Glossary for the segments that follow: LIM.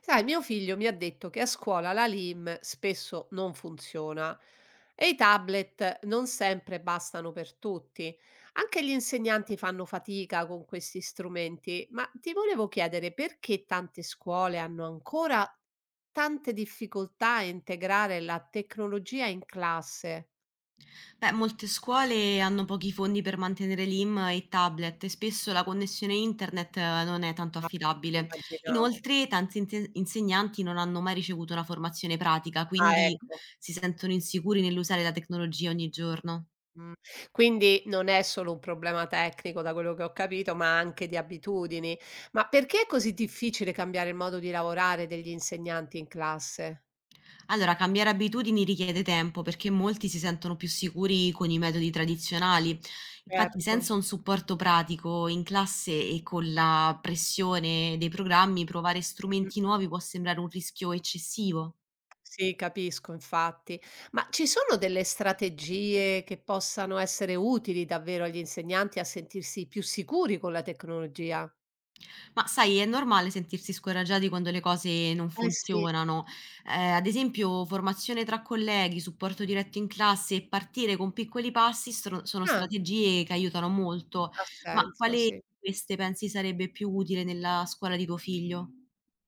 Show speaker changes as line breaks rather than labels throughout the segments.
Sai, mio figlio mi ha detto che a scuola la LIM spesso non funziona e i tablet non sempre bastano per tutti. Anche gli insegnanti fanno fatica con questi strumenti, ma ti volevo chiedere perché tante scuole hanno ancora tante difficoltà a integrare la tecnologia in classe.
Beh, molte scuole hanno pochi fondi per mantenere l'IM e tablet e spesso la connessione internet non è tanto
Ah,
affidabile.
immaginavo.
Inoltre, tanti insegnanti non hanno mai ricevuto una formazione pratica,
Ah,
quindi
ecco.
si sentono insicuri nell'usare la tecnologia ogni giorno.
Mh, quindi non è solo un problema tecnico da quello che ho capito, ma anche di abitudini. Ma perché è così difficile cambiare il modo di lavorare degli insegnanti in classe?
Allora, cambiare abitudini richiede tempo perché molti si sentono più sicuri con i metodi tradizionali. Infatti,
Certo.
senza un supporto pratico in classe e con la pressione dei programmi, provare strumenti
Mh-mh-mh.
nuovi può sembrare un rischio eccessivo.
Sì, capisco infatti. Ma ci sono delle strategie che possano essere utili davvero agli insegnanti a sentirsi più sicuri con la tecnologia?
Ma sai, è normale sentirsi scoraggiati quando le cose non
Eh sì.
funzionano. Ad esempio formazione tra colleghi, supporto diretto in classe e partire con piccoli passi stro sono
Ah,
strategie che aiutano molto.
ha
Ma
senso,
quale di
sì.
queste pensi sarebbe più utile nella scuola di tuo figlio?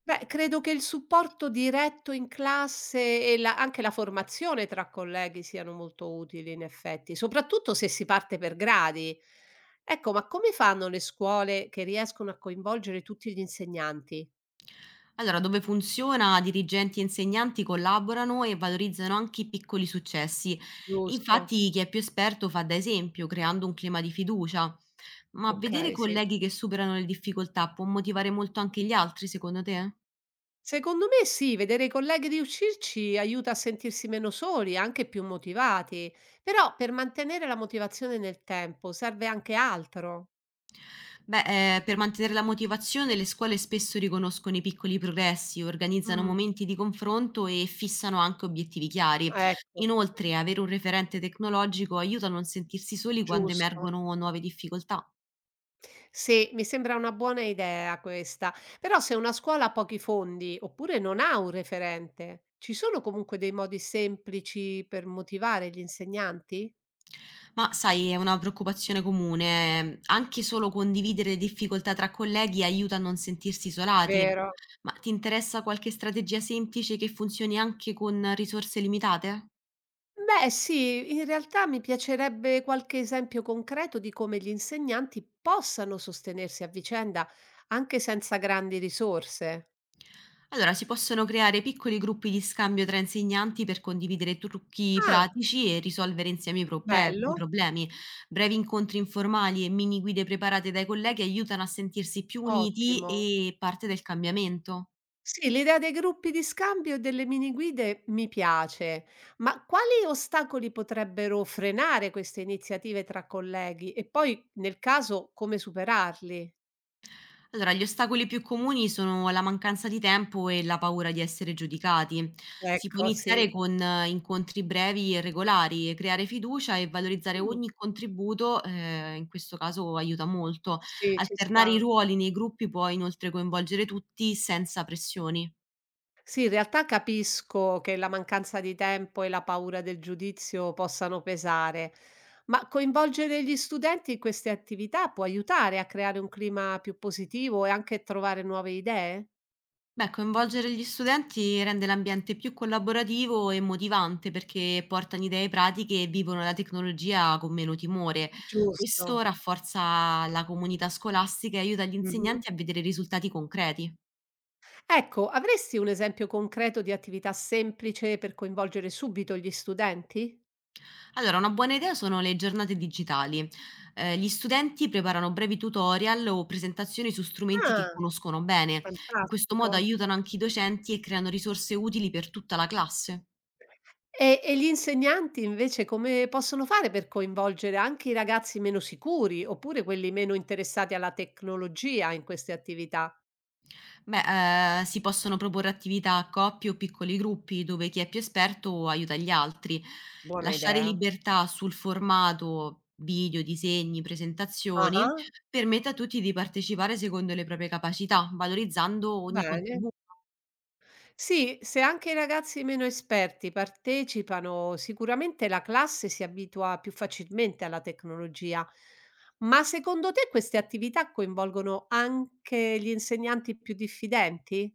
Beh, credo che il supporto diretto in classe e la anche la formazione tra colleghi siano molto utili in effetti, soprattutto se si parte per gradi. Ecco, ma come fanno le scuole che riescono a coinvolgere tutti gli insegnanti?
Allora, dove funziona, dirigenti e insegnanti collaborano e valorizzano anche i piccoli successi.
Giusto,
Infatti chi è più esperto fa da esempio, creando un clima di fiducia. Ma vedere
okay, sì.
colleghi che superano le difficoltà può motivare molto anche gli altri, secondo te?
Secondo me sì, vedere i colleghi riuscirci aiuta a sentirsi meno soli, anche più motivati, però per mantenere la motivazione nel tempo serve anche altro.
Beh, per mantenere la motivazione le scuole spesso riconoscono i piccoli progressi, organizzano
Mh,
momenti di confronto e fissano anche obiettivi chiari.
ecco,
Inoltre, avere un referente tecnologico aiuta a non sentirsi soli quando
giusto.
emergono nuove difficoltà.
Sì, mi sembra una buona idea questa. Però se una scuola ha pochi fondi oppure non ha un referente, ci sono comunque dei modi semplici per motivare gli insegnanti?
Ma sai, è una preoccupazione comune. Anche solo condividere le difficoltà tra colleghi aiuta a non sentirsi isolati.
Vero?
Ma ti interessa qualche strategia semplice che funzioni anche con risorse limitate?
Beh, sì, in realtà mi piacerebbe qualche esempio concreto di come gli insegnanti possano sostenersi a vicenda anche senza grandi risorse.
Allora, si possono creare piccoli gruppi di scambio tra insegnanti per condividere trucchi
Ah,
pratici e risolvere insieme i
bello,
problemi. Brevi incontri informali e mini guide preparate dai colleghi aiutano a sentirsi più uniti
ottimo.
e parte del cambiamento.
Sì, l'idea dei gruppi di scambio e delle mini guide mi piace, ma quali ostacoli potrebbero frenare queste iniziative tra colleghi? E poi, nel caso, come superarli?
Allora, gli ostacoli più comuni sono la mancanza di tempo e la paura di essere giudicati. Si può
Ecco,
iniziare
sì.
con incontri brevi e regolari, creare fiducia e valorizzare
Mh,
ogni contributo, in questo caso aiuta molto.
sì, ci
Alternare i
sta.
ruoli nei gruppi può inoltre coinvolgere tutti senza pressioni.
Sì, in realtà capisco che la mancanza di tempo e la paura del giudizio possano pesare, ma coinvolgere gli studenti in queste attività può aiutare a creare un clima più positivo e anche trovare nuove idee?
Beh, coinvolgere gli studenti rende l'ambiente più collaborativo e motivante perché portano idee pratiche e vivono la tecnologia con meno timore.
Giusto.
Questo rafforza la comunità scolastica e aiuta gli
Mh-mh.
insegnanti a vedere risultati concreti.
Ecco, avresti un esempio concreto di attività semplice per coinvolgere subito gli studenti?
Allora, una buona idea sono le giornate digitali. Gli studenti preparano brevi tutorial o presentazioni su strumenti che
Ah,
conoscono bene. In questo modo
fantastico.
aiutano anche i docenti e creano risorse utili per tutta la classe.
E gli insegnanti invece come possono fare per coinvolgere anche i ragazzi meno sicuri oppure quelli meno interessati alla tecnologia in queste attività?
Beh, si possono proporre attività a coppie o piccoli gruppi dove chi è più esperto aiuta gli altri.
Buona
Lasciare
idea.
libertà sul formato video, disegni, presentazioni,
Ah,
permette a tutti di partecipare secondo le proprie capacità, valorizzando ogni
bene.
contributo.
Sì, se anche i ragazzi meno esperti partecipano, sicuramente la classe si abitua più facilmente alla tecnologia. Ma secondo te queste attività coinvolgono anche gli insegnanti più diffidenti?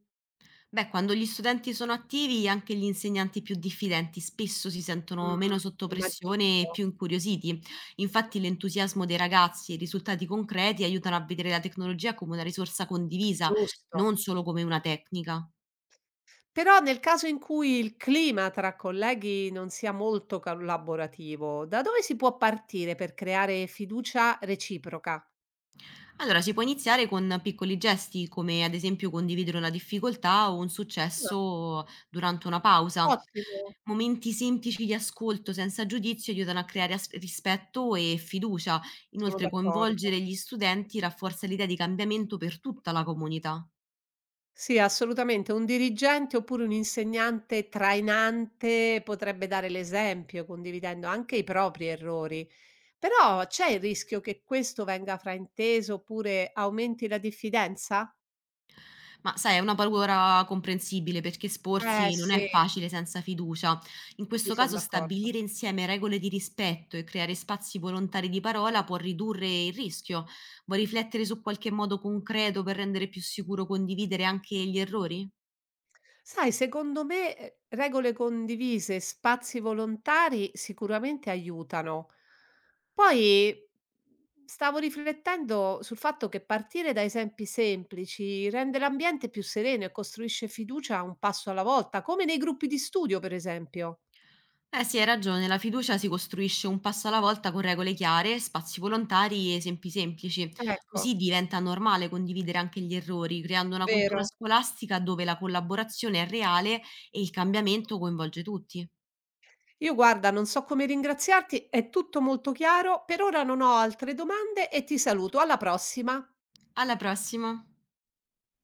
Beh, quando gli studenti sono attivi, anche gli insegnanti più diffidenti spesso si sentono meno
Mh,
sotto pressione e
immaginavo,
più incuriositi. Infatti, l'entusiasmo dei ragazzi e i risultati concreti aiutano a vedere la tecnologia come una risorsa condivisa,
giusto.
non solo come una tecnica.
Però nel caso in cui il clima tra colleghi non sia molto collaborativo, da dove si può partire per creare fiducia reciproca?
Allora, si può iniziare con piccoli gesti, come ad esempio condividere una difficoltà o un
Ah,
successo durante una pausa.
ottimo,
Momenti semplici di ascolto senza giudizio aiutano a creare rispetto e fiducia.
sono
Inoltre,
d'accordo.
coinvolgere gli studenti rafforza l'idea di cambiamento per tutta la comunità.
Sì, assolutamente. Un dirigente oppure un insegnante trainante potrebbe dare l'esempio, condividendo anche i propri errori. Però c'è il rischio che questo venga frainteso oppure aumenti la diffidenza?
Ma sai, è una paura comprensibile perché
Eh
esporsi non è
sì,
facile senza fiducia. In
sì,
questo
son
caso,
d'accordo.
stabilire insieme regole di rispetto e creare spazi volontari di parola può ridurre il rischio. Vuoi riflettere su qualche modo concreto per rendere più sicuro condividere anche gli errori?
Sai, secondo me, regole condivise, spazi volontari sicuramente aiutano. Poi stavo riflettendo sul fatto che partire da esempi semplici rende l'ambiente più sereno e costruisce fiducia un passo alla volta, come nei gruppi di studio, per esempio.
Eh sì, hai ragione, la fiducia si costruisce un passo alla volta con regole chiare, spazi volontari e esempi semplici.
Ecco,
Così diventa normale condividere anche gli errori, creando una cultura
vero.
scolastica dove la collaborazione è reale e il cambiamento coinvolge tutti.
Io guarda, non so come ringraziarti, è tutto molto chiaro. Per ora non ho altre domande e ti saluto. Alla prossima.
Alla prossima!